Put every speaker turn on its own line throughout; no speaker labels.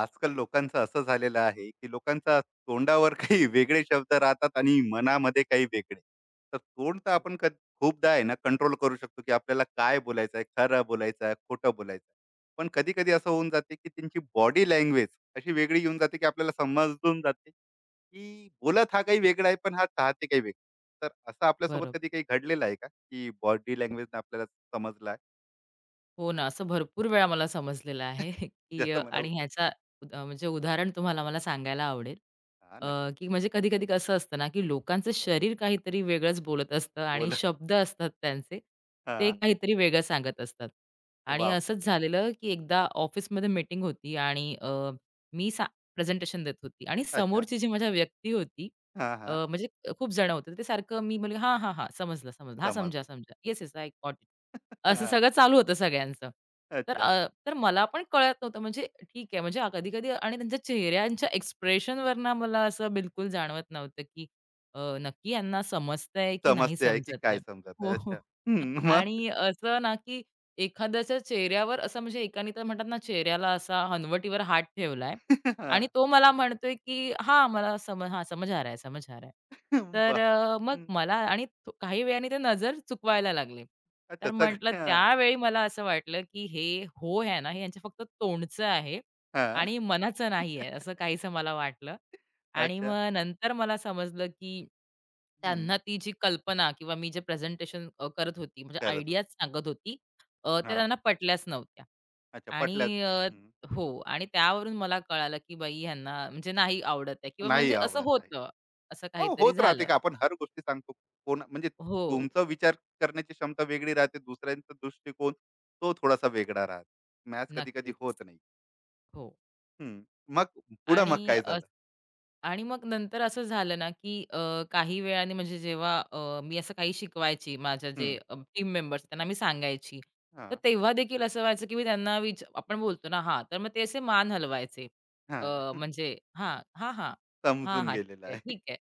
आजकाल लोकांचं असं झालेलं आहे, की लोकांच्या तोंडावर काही वेगळे शब्द राहतात आणि मनामध्ये काही वेगळे. तर तोंड तर
हो.
आपण खूपदा आहे ना कंट्रोल करू शकतो, की आपल्याला काय बोलायचं आहे, खरं बोलायचं आहे, खोटं बोलायचं आहे. पण कधी-कधी असं होऊन जाते, की त्यांची बॉडी लँग्वेज अशी वेगळी येऊन जाते, की आपल्याला समजून जाते, की बोलत हा काही वेगळा आहे, पण हा चाहते काही वेगळं. तर असं आपल्यासोबत कधी
बरोबर.
काही घडलेलं आहे का, की बॉडी लँग्वेजने आपल्याला समजला आहे?
हो ना, असं भरपूर वेळा मला समजलेलं आहे, की
जसं मला
आणि म्हणजे उदाहरण तुम्हाला मला सांगायला आवडेल.
हां, नक्कीच.
की म्हणजे कधी-कधी कसं असतं ना, की लोकांचं शरीर काहीतरी वेगळंच बोलत असतं आणि
बोला.
शब्द असतात त्यांचे, ते
हां.
काहीतरी वेगळं सांगत असतात. आणि
वाह!
असंच झालेलं, की एकदा ऑफिसमध्ये मीटिंग होती आणि मी सा प्रेझेंटेशन देत होती आणि
अच्छा.
समोरची जी माझ्या व्यक्ती होती,
हां,
अ,
हां.
म्हणजे खूप जण होते. ते सारखं मी म्हणले, "हां, हां, हां, समजलं, समजलं. हां, समजा,
समजलं.
समजा. येस, येस, आय असं सगळं चालू होतं सगळ्यांचं. तर
अच्छा.
तर मला पण कळत नव्हतं म्हणजे ठीक आहे म्हणजे कधी-कधी आणि त्यांच्या चेहऱ्यांच्या एक्सप्रेशनवर ना मला असं बिलकुल जाणवत नव्हतं, की नक्की यांना समजतंय की नाही
समजते आहे की
समजत आहे.
काय समजत
हो,
आहे.
हो.
अच्छा. हं, मग?
आणि असं ना, की एखाद्याच्या चेहऱ्यावर असं म्हणजे एकाने तर म्हणतात ना, चेहऱ्याला असा हनवटीवर हात ठेवलाय आणि
हां.
तो मला म्हणतोय, की "हां, समझ आ रहा है, समझ आ रहा है." तर
वाह!
मग
हं.
मला आणि काही वेळाने ते नजर चुकवायला लागले. तर
अच्छा
म्हटलं
सगळ्या
त्यावेळी मला असं वाटलं, की हे "हो" आहे ना, हे यांचं फक्त तोंडचं आहे
हां.
आणि मनाचं नाही आहे, असं काहीसं मला वाटलं. आणि
अच्छा.
मग नंतर मला समजलं, की
हं.
त्यांना ती जी कल्पना किंवा मी जे प्रेझेंटेशन करत होती, म्हणजे
करत होते.
आयडियाज सांगत होती, त्या
हां.
त्यांना पटल्याच नव्हत्या.
अच्छा पटल्यात.
आणि
हं.
हो. आणि त्यावरून मला कळालं, की बाई ह्यांना म्हणजे नाही आवडत आहे किंवा
नाही
म्हणजे असं
आवडत आहे.
होतं. असं
हो,
काहीतरी
होत राहते
झालं.
का आपण हर गोष्टी सांगतो. कोण म्हणजे
हो.
तुमचा विचार करण्याची क्षमता वेगळी राहते, दुसऱ्यांचा दृष्टिकोन तो थोडासा वेगळा राहतो. मॅच कधी-कधी होत
नक्कीच.
नाही.
हो.
हं. मग पुढं मग
आणि
काय
अस
झालं?
आणि मग नंतर असं झालं ना, की काही वेळाने म्हणजे जेव्हा मी असं काही शिकवायची माझ्या जे
हं.
टीम मेंबर्स त्यांना मी सांगायची. तर
हां,
तेव्हा देखील असं व्हायचं, की मी त्यांना विच आपण बोलतो ना हां, तर मग ते असे मान हलवायचे. अ,
हां.
म्हणजे हां, हां, हां. हां,
समजून
हां.
गेलेलं
ठीक आहे,
आहे.
ठीक आहे.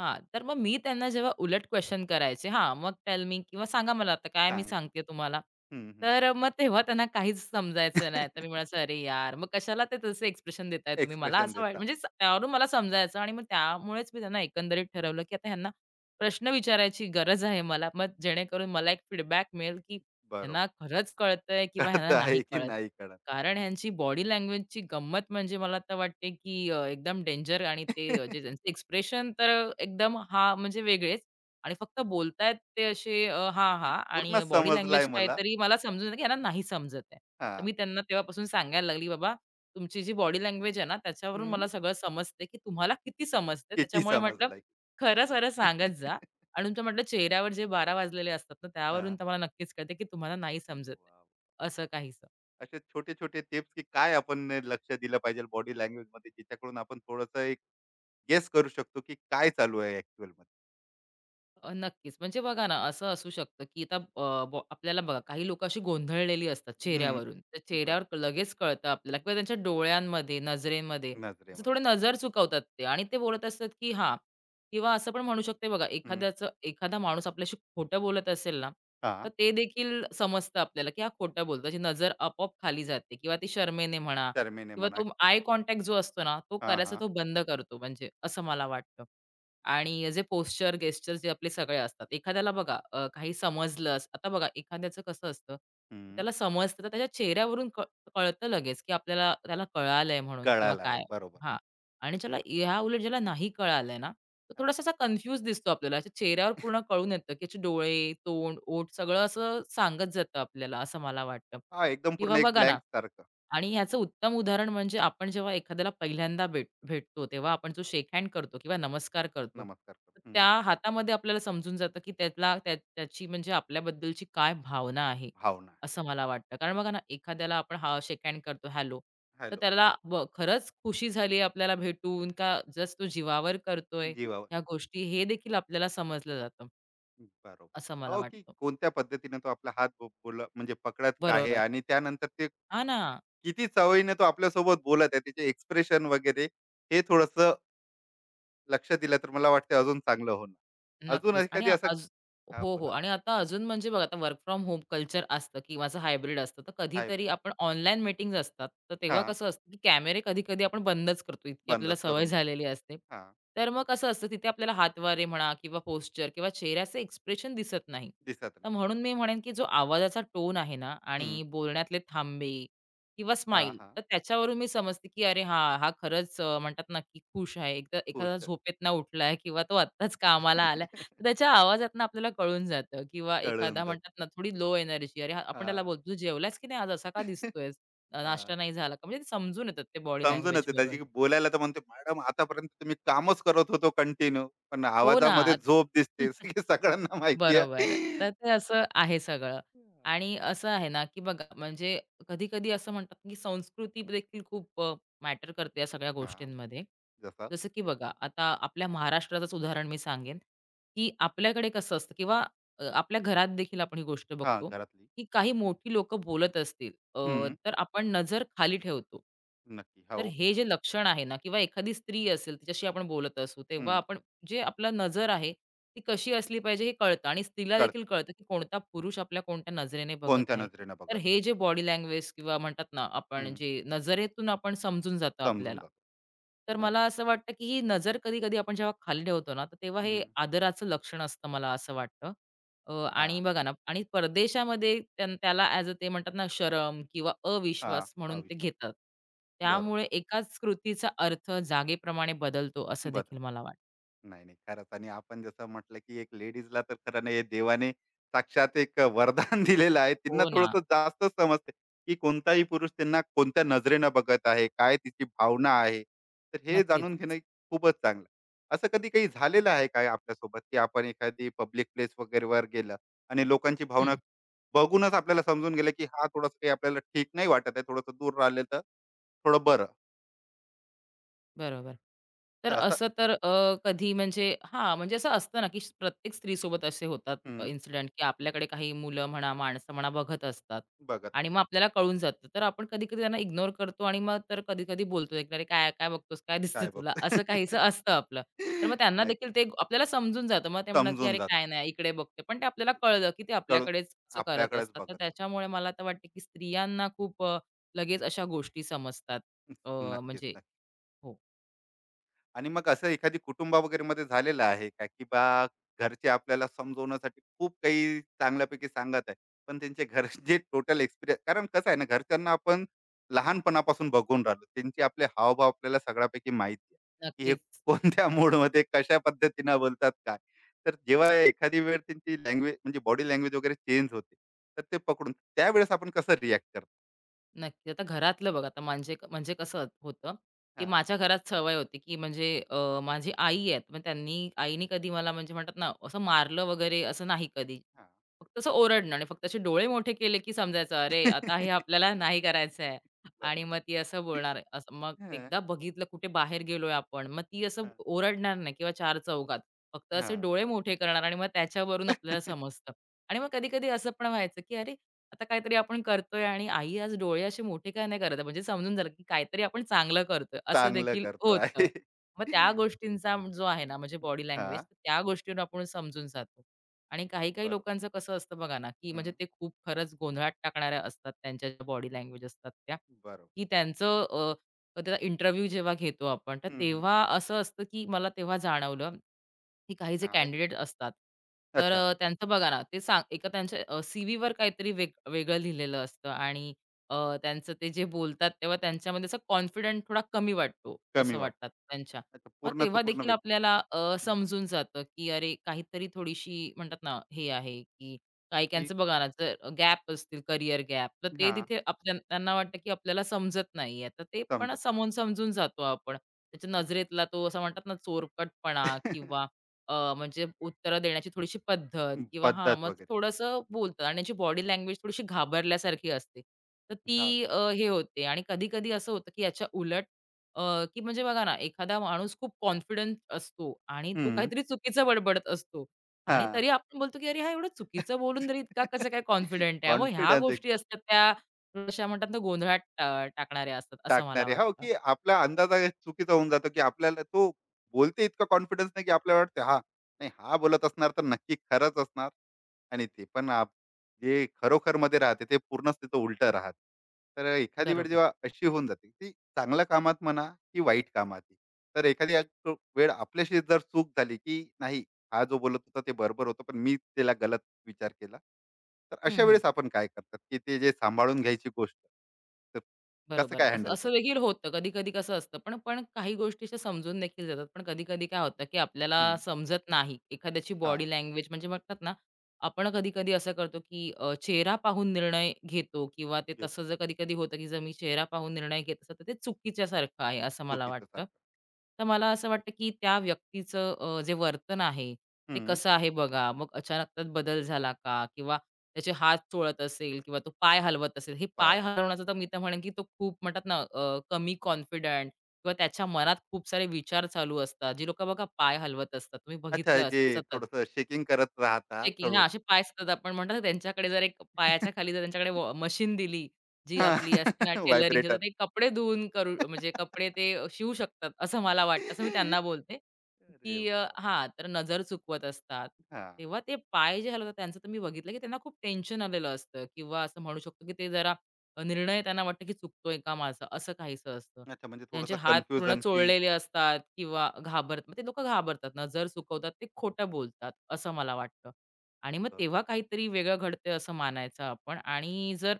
हां, तर मग मी त्यांना जेव्हा उलट क्वेशन करायचे हां, मग टेल मी किंवा सांगा मला आता काय मी
सांगा.
सांगते तुम्हाला.
हं,
तर मग तेव्हा त्यांना काहीच समजायचं नाही. तर मी म्हणायचं, "अरे यार, मग कशाला ते तसे एक्सप्रेशन देताय तुम्ही?" मला
एक्सप्रेशन
असं
देता.
त्यावरून मला समजायचं आणि मग त्यामुळेच मी त्यांना एकंदरीत ठरवलं, की आता ह्यांना प्रश्न विचारायची गरज आहे मला. मग जेणेकरून मला एक फीडबॅक मिळेल, की
बरोबर.
ह्यांना खरंच कळतंय किंवा
कळत
ह्यांना नाही
आहे की
कळत.
नाही कळत.
कारण ह्यांची बॉडी लँग्वेजची गंमत म्हणजे मला तर वाटते, की एकदम डेंजर आणि ते जे त्यांचे एक्सप्रेशन तर एकदम हां, म्हणजे वेगळेच आणि फक्त बोलतायत ते असे हां,
की
हां
पूर्ण
आणि बॉडी
समजलाय
लँग्वेज
मला.
काहीतरी मला समजून येतं, की ह्यांना नाही समजत आहे. तर
हां.
मी त्यांना तेव्हापासून सांगायला लागली, "बाबा, तुमची जी बॉडी लँग्वेज आहे ना, त्याच्यावरून मला
हं.
सगळं समजते, की तुम्हाला किती समजते.
किती
त्याच्यामुळे म्हटलं
समजलाय.
खरं-खरं सांगत जा आणि तुमच्या म्हटलं चेहऱ्यावर जे 12 वाजलेले असतात ना, त्यावरून
हां.
तर नक्कीच कळते, की तुम्हाला नाही समजत
वॉव!
आहे." असं काहीसं.
असे छोटे-छोटे टिप्स की काय आपण ने लक्ष दिलं पाहिजे बॉडी लँग्वेजमध्ये जिच्याकडून आपण थोडंसं एक गेस करू शकतो की काय चालू आहे ॲक्चुअलमध्ये?
नक्कीच. म्हणजे बघा ना, असं असू शकतं, की आता अ, बॉ आपल्याला बघा काही लोकं अशी गोंधळलेली असतात
हं.
चेहऱ्यावरून. तर
बरं.
चेहऱ्यावर लगेच कळतं आपल्याला किंवा त्यांच्या डोळ्यांमध्ये, नजरेमध्ये असं थोडं
नजरेमध्ये.
नजर चुकवतात ते आणि ते बोलत असतात, की हां किंवा असं पण म्हणू शकते बघा
हं.
एखादा माणूस आपल्याशी खोटं बोलत असेल ना, तर
हां.
ते देखील समजतं आपल्याला, की हा खोटं बोलतो. त्याची नजर आपोआप खाली जाते किंवा ती शरमेने म्हणा
शरमेने
किंवा
म्हणा
तो आय कॉन्टॅक्ट जो असतो ना, तो
हां,
करायचा
हां.
तो बंद करतो म्हणजे असं मला वाटतं. आणि जे पोश्चर, गेस्चर जे आपले सगळे असतात. एखाद्याला बघा काही समजलंच आता बघा एखाद्याचं कसं असतं,
हं.
त्याला समजतं तर त्याच्या चेहऱ्यावरून कळतं लगेच, की आपल्याला त्याला कळालंय म्हणून किंवा
कळाला आहे.
काय
बरोबर.
हां. आणि ज्याला ह्या उलट ज्याला नाही कळालंय ना, तो
हां.
थोडासा असा कन्फ्यूज दिसतो आपल्याला. त्याच्या चेहऱ्यावर पूर्ण कळून येतं, की याचे डोळे, तोंड, ओठ सगळं असं सांगत जातं आपल्याला, असं मला वाटतं.
हां, एकदम
किंवा
पूर्ण एक
बघा ना
ब्लँक सारखं.
आणि ह्याचं उत्तम उदाहरण म्हणजे आपण जेव्हा एखाद्याला पहिल्यांदा भेटतो, तेव्हा आपण जो शेक हँड करतो किंवा नमस्कार करतो,
नमस्कार करतो.
तर त्या
हं.
हातामध्ये आपल्याला समजून जातं, की त्यातला त्या त्याची म्हणजे आपल्याबद्दलची काय भावना आहे,
भावना
असं मला वाटतं. कारण बघा ना, एखाद्याला आपण हा शेक हँड करतो, हॅलो, तर
हॅलो
त्याला खरंच खुशी झाली आपल्याला भेटून का जस्ट तो जीवावर करतोय
जीवावर
ह्या गोष्टी, हे देखील आपल्याला समजलं जातं,
बरोबर
असं मला
अहो की
वाटतं.
कोणत्या पद्धतीने तो आपला हात बोल म्हणजे पकडत आहे
बरोबर.
आणि त्यानंतर ते
हां ना.
किती चवळीने तो आपल्यासोबत बोलत आहे त्याचे एक्सप्रेशन वगैरे हे थोडस लक्ष दिलं तर मला वाटतं अजून चांगलं होणार अजून
नक्कीच आणि
एखादी असं
आज
हा
हो, हो.
बोला
आणि आता अजून म्हणजे बघा आता वर्क फ्रॉम होम कल्चर असतं किंवा असं हायब्रिड असतं. तर कधीतरी
हायब्रिड
आपण ऑनलाईन मीटिंग्ज असतात. तर तेव्हा
हा
कसं असतं, की कॅमेरे कधी-कधी आपण बंदच करतो. इतकी आपल्याला
बंदच
सवय
करून देतो
झालेली असते.
हा
तर मग कसं असतं तिथे आपल्याला हातवारे म्हणा किंवा पोश्चर किंवा चेहऱ्याचे एक्सप्रेशन दिसत नाही.
दिसत
तर
नाही
म्हणून मी म्हणेन, की जो आवाजाचा टोन आहे ना
हं.
आणि बोलण्यातले थांबे किंवा
हा
स्माईल
हा
तर त्याच्यावरून मी समजते, की अरे हां, हा खरंच म्हणतात ना, की खुश आहे. एकदा एखादा
खुश
झोपेतनं उठलाय किंवा तो आत्ताच कामाला तर त्याच्या आवाजातनं आपल्याला कळून जातं किंवा एखादा
कळून
हं.
जात
म्हणतात ना, थोडी लो एनर्जी अरे, आपण
हा
त्याला बोलतो, "तू जेवलास की नाही आज? असा का दिसतोयस? नाश्ता
हा.
नाही झाला का?" म्हणजे ते समजून येतात ते बॉडी
समजूनच येतं
लँग्वेजवरून.
जी बोलायला तर म्हणते, "मॅडम आतापर्यंत तुम्ही कामच करत होतो कंटिन्यू, पण
हो
आवाजामध्ये
ना.
झोप दिसते." हे सगळ्यांना माहिती
बरोबर. तर
आहे.
ते असं आहे सगळं
हां.
आणि असं आहे ना, की बघा म्हणजे कधी-कधी असं म्हणतात, की संस्कृती देखील खूप मॅटर करते या सगळ्या
हां,
गोष्टींमध्ये.
जसं?
जसं की बघा आता आपल्या महाराष्ट्राचंच उदाहरण मी सांगेन, की आपल्याकडे कसं असतं किंवा आपल्या घरात देखील आपण ही गोष्ट
हां,
बघतो,
घरातली.
की काही मोठी लोकं बोलत असतील
हं,
तर आपण नजर खाली ठेवतो.
नक्की.
तर
हो.
हे जे लक्षण आहे ना किंवा एखादी स्त्री असेल तिच्याशी आपण बोलत असू,
हं,
तेव्हा आपण जे आपला नजर आहे, ती कशी असली पाहिजे हे कळतं आणि स्त्रीला
कळतं.
देखील कळतं, की कोणता पुरुष आपल्या कोणत्या नजरेने बघत
कोणत्या
आहे.
नजरेने
तर
बघत आहे.
हे जे बॉडी लँग्वेज किंवा म्हणतात ना,
हं,
आपण जे नजरेतून आपण समजून जातं
समजून
आपल्याला.
जातं.
तर
नाही,
मला
नाही.
असं वाटतं, की ही नजर कधी-कधी आपण जेव्हा खाली ठेवतो ना, तर तेव्हा हे
हं,
आदराचं लक्षण असतं मला असं वाटतं. आणि
हां,
बघा ना आणि परदेशामध्ये त्याला ॲज अ ते म्हणतात ना, शरम किंवा
हां,
अविश्वास म्हणून ते
अविश्वास.
घेतात.
बरोबर.
त्यामुळे एकाच कृतीचा अर्थ जागेप्रमाणे बदलतो असं
बदल.
देखील मला वाटतं.
नाही, नाही. खरंच आणि आपण जसं म्हटलं, की एक लेडीजला तर खरं नाही, हे देवाने साक्षात एक वरदान दिलेलं आहे. त्यांना
हो ना.
थोडंसं जास्त समजते, की कोणताही पुरुष त्यांना कोणत्या नजरेनं बघत आहे, काय तिची भावना आहे. तर हे जाणून
नक्कीच.
घेणं खूपच चांगलं. असं कधी काही झालेलं आहे काय आपल्यासोबत, की आपण एखादी पब्लिक प्लेस वगैरेवर गेलं आणि लोकांची भावना
हं.
बघूनच आपल्याला समजून गेलं, की हा थोडंसं काही आपल्याला ठीक नाही वाटत आहे, थोडंसं दूर राहिलं तर थोडं बरं.
बरोबर. तर
तर असं
असं तर कधी म्हणजे हां, म्हणजे असं असतं ना, की प्रत्येक स्त्रीसोबत असे होतात
हं,
इन्सिडेंट, की आपल्याकडे काही मुलं म्हणा, माणसं म्हणा बघत असतात
बघत
आणि मग
असतो.
आपल्याला कळून जातं. तर आपण कधी-कधी त्यांना इग्नोर करतो आणि मग तर कधी-कधी बोलतो, एक "अरे काय काय बघतोस? काय दिसतं
काय
तुला?"
बघतोय?
असं काहीसं असतं आपलं. तर मग त्यांना
नक्की
देखील ते आपल्याला समजून जातं. मग ते म्हणतात, की
समजून
"अरे
जातो.
काय नाही, इकडे बघते." पण ते आपल्याला कळलं, की ते
कळून
आपल्याकडेच असं करत
आपल्याकडेच
असतात.
बघत.
तर
नक्कीच,
त्याच्यामुळे मला तर वाटतं, की स्त्रियांना खूप लगेच अशा गोष्टी समजतात. अ,
नक्कीच.
म्हणजे
नक्की.
हो.
आणि मग असं एखादी कुटुंबा वगैरे मध्ये झालेलं आहे का की बा घरचे आपल्याला समजवण्यासाठी खूप काही चांगल्यापैकी सांगत आहे पण त्यांचे घर जे टोटल एक्सपिरियन्स कारण कसं आहे ना घरच्यांना आपण लहानपणापासून बघून राहिलो त्यांचे आपले हावभाव आपल्याला सगळ्यापैकी माहिती आहे की हे
नक्कीच,
कोणत्या मूडमध्ये कशा पद्धतीनं बोलतात काय तर जेव्हा एखादी वेळ त्यांची लँग्वेज म्हणजे बॉडी लँग्वेज वगैरे चेंज होते तर ते पकडून त्यावेळेस आपण कसं रिॲक्ट करतो
नक्की. आता घरातलं बघ आता म्हणजे म्हणजे कसं होतं, की
हा
माझ्या घरात सवय होती, की म्हणजे माझी आई आहेत. मग आईनी कधी मला म्हणजे म्हणतात ना, असं मारलं वगैरे असं नाही कधी.
हा
फक्त असं ओरडणं आणि फक्त असे डोळे मोठे केले, की समजायचं अरे, आता हे आपल्याला नाही करायचं आहे. आणि मग
बरोबर
ती असं बोलणार असं मग
हा
एकदा बघितलं कुठे बाहेर गेलोय आपण, मग ती असं
हा
ओरडणार नाही किंवा चार चौघात. फक्त
हा.
असे डोळे मोठे करणार आणि मग त्याच्यावरून आपल्याला समजतं. आणि मग कधी-कधी असं पण व्हायचं, की अरे आता काहीतरी आपण करतोय आणि आई आज डोळे असे मोठे का नाही करत आहे? म्हणजे समजून झालं, की काहीतरी आपण चांगलं करतोय असं
चांगलं
देखील
करतो
होतं.
आहे.
मग त्या गोष्टींचा जो आहे ना म्हणजे बॉडी लँग्वेज
हां,
त्या गोष्टीवर आपण समजून जातो. आणि काही-काही
बरोबर.
लोकांचं कसं असतं बघा ना, की
हं,
म्हणजे ते खूप खरंच गोंधळात टाकणाऱ्या असतात त्यांच्या ज्या बॉडी लँग्वेज असतात त्या,
बरोबर.
की तर त्याचा इंटरव्ह्यू जेव्हा घेतो आपण, तर
हं, हं.
तेव्हा असं असतं, की मला तेव्हा जाणवलं, की काही जे
काय?
कॅन्डिडेट असतात, तर
अच्छा,
त्यांचं बघा ना, ते सांग एका त्यांच्या सी-व्हीवर काहीतरी वेगळं लिहिलेलं असतं आणि अ, त्यांचं ते जे बोलतात, तेव्हा त्यांच्यामध्ये असा कॉन्फिडंट थोडा कमी वाटतो,
कमी
असं
वाट
वाटतात त्यांच्या.
अच्छा,
मग
पूर्णचं
तेव्हा
पूर्ण
देखील
वेग
आपल्याला
हं,
समजून जातं, की अरे, काहीतरी थोडीशी म्हणतात ना, हे आहे, की काही
ठीक.
काहींचं बघा ना, जर गॅप असतील, करियर गॅप, तर ते
हां,
तिथे आपल्या त्यांना वाटतं, की आपल्याला समजत नाहीये. तर ते पण
समजत.
समोरून समजून जातो आपण. त्याच्या नजरेतला तो असं म्हणतात ना, चोरकटपणा किंवा म्हणजे उत्तरं देण्याची थोडीशी पद्धत किंवा हां,
पद्धत
मग
वगैरे.
थोडंसं बोलतात आणि त्याची बॉडी लँग्वेज थोडीशी घाबरल्यासारखी असते. तर
हां.
ती हे होते आणि कधी-कधी असं होतं, की याच्या उलट की म्हणजे बघा ना, एखादा माणूस खूप कॉन्फिडंट असतो आणि तो
हं,
काहीतरी चुकीचं बडबडत असतो. आणि
हां.
तरी आपण बोलतो, की "अरे, हा एवढं चुकीचं बोलून तरी इतका कसं काय कॉन्फिडंट आहे?" मग ह्या
कॉन्फिडन्स
गोष्टी
एकदम.
असतात त्या थोड्याशा म्हणतात ना गोंधळात टाकणाऱ्या असतात असं मला
टाकणारे. हो,
वाटतं.
की आपला अंदाज आहे चुकीचा होऊन जातो, की आपल्याला तो बोलते इतका कॉन्फिडन्स नाही, की आपल्याला वाटते हां, नाही हा बोलत असणार तर नक्की खरंच असणार आणि ते पण जे खरोखरमध्ये राहते ते पूर्णच तिथं उलटं राहते. तर एखादी वेळ
बरोबर.
जेव्हा अशी होऊन जाते, की चांगल्या कामात म्हणा की वाईट कामात. तर एखादी एक वेळ आपल्याशी जर चूक झाली, की नाही हा जो बोलत होता ते बरोबर होतं, पण मी त्याला गलत विचार केला. तर
हं,
अशा
हं.
वेळेस आपण काय करतात, की ते जे सांभाळून घ्यायची गोष्ट तर कसं
बरोबर.
काय
असं
हँडल
असं
करतात?
देखील होतं. कधी-कधी कसं असतं, पण पण काही गोष्टी अशा समजून देखील जातात. पण कधी-कधी काय होतं, की आपल्याला
हं,
समजत नाही. एखाद्याची बॉडी
हां,
लँग्वेज म्हणजे म्हणतात ना, आपण कधी-कधी असं करतो, की चेहरा पाहून निर्णय घेतो किंवा ते तसं
घेतो
जर कधी-कधी होतं, की जर मी चेहरा पाहून निर्णय घेत असेल, तर ते चुकीच्यासारखं आहे, असं मला
चुकीचं
वाटतं.
सारखं.
तर मला असं वाटतं, की त्या व्यक्तीचं जे वर्तन आहे, ते
हं,
कसं आहे बघा. मग अचानक त्यात बदल झाला का? किंवा त्याचे हात चोळत असेल किंवा तो पाय हलवत असेल, हे
पाय
पाय
हलवून.
हलवण्याचं तर मी तर म्हणेन की तो खूप म्हणतात ना कमी कॉन्फिडंट किंवा त्याच्या मनात खूप सारे विचार चालू असतात. जी लोकं बघा पाय हलवत असतात. तुम्ही
अच्छा
बघितलं
जे
असेल सतत.
थोडंसं शेकिंग करत राहतात
चेकिंग
हळू.
हां, असे पाय असतात आपण म्हणतो ना, त्यांच्याकडे जर एक पायाच्या खाली जर त्यांच्याकडे वॉ मशीन दिली, जी
हां,
आपली असते ना टेलरिंगची, तर
व्हायब्रेटर.
ते कपडे धुवून करू म्हणजे कपडे ते शिवू शकतात, असं मला वाटतं. असं मी त्यांना बोलते,
अरे
की
बाप!
हां, तर नजर चुकवत असतात.
हां,
तेव्हा ते पाय जे हलवतात त्यांचं तर मी बघितलं, की त्यांना खूप टेन्शन आलेलं असतं किंवा असं म्हणू शकतो, की ते जरा निर्णय त्यांना वाटतं, की चुकतोय का माझा? असं काहीसं असतं.
अच्छा म्हणजे
ज्यांचे
थोडंसं
हात पूर्ण
कन्फ्युजन की
चोळलेले असतात किंवा घाबरत मग ते लोकं घाबरतात, नजर चुकवतात, ते खोटं बोलतात, असं मला वाटतं. आणि मग
बरोबर.
तेव्हा काहीतरी वेगळं घडतंय असं मानायचं आपण आणि जर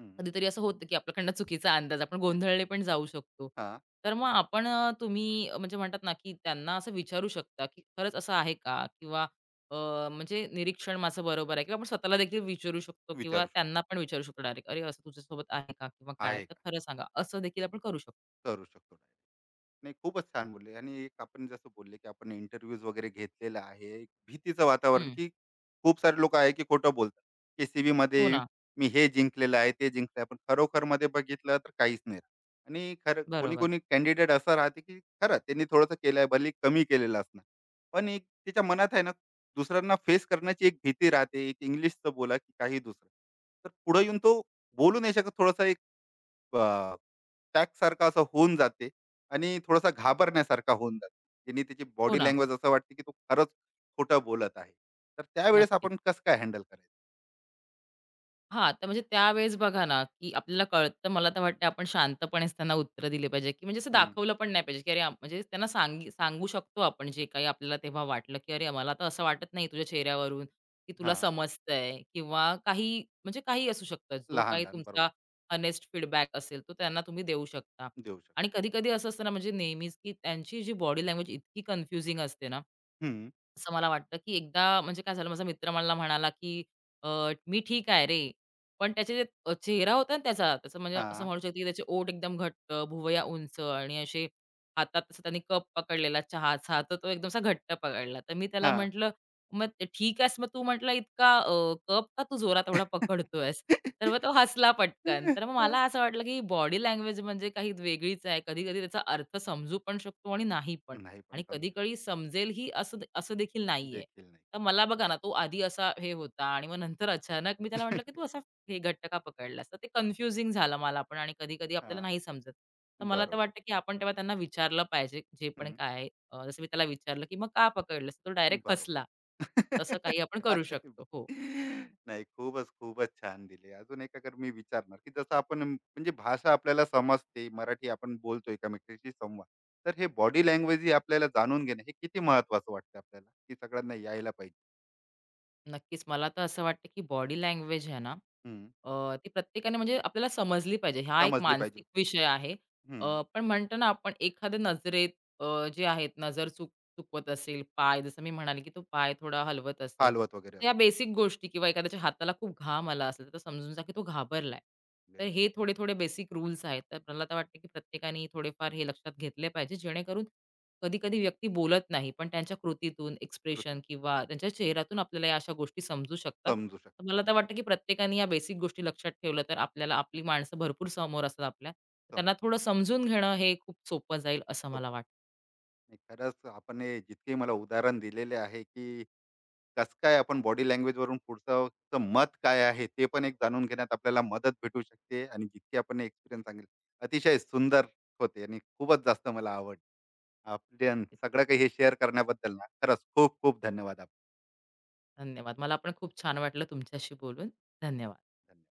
हं,
कधीतरी असं होतं की आपल्याकडनं चुकीचा अंदाज आपण गोंधळले पण जाऊ शकतो.
हां,
तर मग तुम्ही म्हणजे म्हणतात ना, की त्यांना असं विचारू शकता, की खरंच असं आहे का? किंवा अ, म्हणजे निरीक्षण माझं बरोबर आहे किंवा आपण स्वतःला देखील विचारू शकतो किंवा
विचारू शकतो.
त्यांना पण विचारू शकतो डायरेक्ट, "अरे, असं तुझ्यासोबत आहे का? किंवा काय?
आहे
तर
का?
खरं सांगा." असं देखील आपण करू शकतो.
करू शकतो. नाही, खूपच छान बोलले आणि एक आपण जसं बोलले, की आपण इंटरव्ह्यूज वगैरे घेतलेला आहे. एक भीतीचं वातावरण,
हं.
की खूप सारे लोकं आहे, की खोटं बोलतात, की सीव्हीमध्ये
हो ना.
मी हे जिंकलेलं आहे, ते जिंकलं आहे. पण खरोखरमध्ये बघितलं तर काहीच नाही. आणि खरं
बरोबर.
कोणी-कोणी कँडिडेट असा राहते, की खरं त्यांनी थोडंसं केलं भले कमी केलेलं असणार. पण एक त्याच्या मनात आहे ना, दुसऱ्यांना फेस करण्याची एक भीती राहते. एक इंग्लिशचं बोला, की काही दुसरं. तर पुढे येऊन तो बोलू नाही शकत. थोडासा अटॅक सारखा असं होऊन जाते आणि थोडासा घाबरण्यासारखा होऊन जाते. ज्यांनी त्याची
हो
बॉडी
ना.
लँग्वेज असं वाटते की तो खरंच खोटं बोलत आहे. तर त्यावेळेस
नक्कीच.
आपण कसं काय हँडल करायचं?
हां, तर म्हणजे त्यावेळेस बघा ना, की आपल्याला कळतं मला तर वाटतं आपण शांतपणेच त्यांना उत्तरं दिली पाहिजे, की म्हणजे असं
हं.
दाखवलं पण नाही पाहिजे, की अरे म्हणजे त्यांना सांगू शकतो आपण जे काही आपल्याला तेव्हा वाटलं, की "अरे मला तर असं वाटत नाही तुझ्या चेहऱ्यावरून, की तुला
हां.
समजतंय" किंवा काही असू शकतं. जो काही
लहान-लहान
तुमचा
बरोबर
हॉनेस्ट फीडबॅक असेल तो त्यांना तुम्ही देऊ शकता.
देऊ शकतो.
आणि कधी-कधी असं असतं ना म्हणजे नेहमीच, की त्यांची जी बॉडी लँग्वेज इतकी कन्फ्युजिंग असते ना
हं.
असं मला वाटतं, की एकदा म्हणजे काय झालं माझा मित्र मला म्हणाला, की अ, "मी ठीक आहे रे." पण त्याचे जे चेहरा होता ना त्याचा, त्याचं म्हणजे असं
हां,
म्हणू शकतो, की त्याचे ओठ एकदम घट्ट, भुवया उंच आणि असे हातात असं त्यांनी कप पकडलेला चहाचा, तर तो एकदम असा घट्ट पकडला. तर मी त्याला
हां.
म्हटलं, "मग ते ठीक आहेस, मग तू म्हटलं इतका कप का तू जोरात एवढा पकडतोयस?" तर मग तो हसला पटकन. तर मग मला असं वाटलं, की बॉडी लँग्वेज म्हणजे काही वेगळीच आहे. कधी-कधी त्याचा अर्थ समजू पण शकतो आणि नाही पण.
नाही पण
आणि
समजू
कधी-कधी
शकतो.
समजेलही असं असं देखील नाहीये.
देखील नाही.
तर मला बघा ना, तो आधी असा हे होता आणि मग नंतर अचानक मी त्याला म्हटलं, की "तू असा हे घट्ट का पकडलास?" तर ते कन्फ्युजिंग झालं मला पण आणि कधी-कधी आपल्याला
हां.
नाही समजत. तर मला तर
बरोबर.
वाटतं, की आपण तेव्हा त्यांना विचारलं पाहिजे जे पण
हं.
काय आहे. जसं मी त्याला विचारलं, की "मग का पकडलंस?" तो डायरेक्ट
बरोबर.
हसला. तसं काही आपण करू
काय?
शकतो. हो.
नाही खूपच, खूपच छान दिले. अजून एक अगर मी विचारणार, की जसं आपण म्हणजे भाषा आपल्याला समजते, मराठी आपण बोलतो एकामेकांशी संवाद. तर हे बॉडी लँग्वेज ही आपल्याला जाणून घेणं हे किती महत्त्वाचं वाटतं आपल्याला, की सगळ्यांना यायला पाहिजे.
नक्कीच. मला तर असं वाटतं, की बॉडी लँग्वेज आहे ना,
हं.
ती प्रत्येकाने म्हणजे आपल्याला समजली पाहिजे. हा एक
समजली
मानसिक
पाहिजे.
विषय आहे.
हं.
पण म्हणतो ना आपण एखाद्या नजरेत अ, जे आहेत नजर चुक चुकवत असेल, पाय जसं मी म्हणाले, की तो पाय थोडा हलवत असेल.
हालवत वगैरे
तर या
असणार
बेसिक गोष्टी किंवा एखाद्याच्या हाताला खूप घाम आला असेल, तर समजून जा, की तो घाबरलाय. तर
आपल्याला
हे थोडे-थोडे बेसिक रूल्स आहेत. तर मला तर वाटतं, की प्रत्येकाने थोडेफार हे लक्षात घेतले पाहिजे, जेणेकरून कधी-कधी व्यक्ती बोलत नाही, पण त्यांच्या कृतीतून,
कृती
एक्सप्रेशन किंवा त्यांच्या चेहऱ्यातून आपल्याला या अशा गोष्टी समजू शकतात.
समजू शकते.
तर मला तर वाटतं, की प्रत्येकाने या बेसिक गोष्टी लक्षात ठेवल्या तर आपल्याला आपली माणसं भरपूर समोर असतात आपल्या. तर त्यांना थोडं समजून घेणं हे खूप सोपं जाईल असं मला
सोपं.
वाटतं.
नाही खरंच आपण हे जितके मला उदाहरण दिलेले आहे की कसं काय आपण बॉडी लँग्वेज वरून पुढचं चं मत काय आहे ते पण एक जाणून घेण्यात आपल्याला मदत भेटू शकते आणि जितके आपण एक्सपिरियन्स सांगितले अतिशय सुंदर होते आणि खूपच जास्त मला आवड आपण सगळं काही हे शेअर करण्याबद्दल ना खरंच खूप खूप धन्यवाद आपण
धन्यवाद. मला पण खूप छान वाटलं तुमच्याशी बोलून. धन्यवाद.
धन्यवाद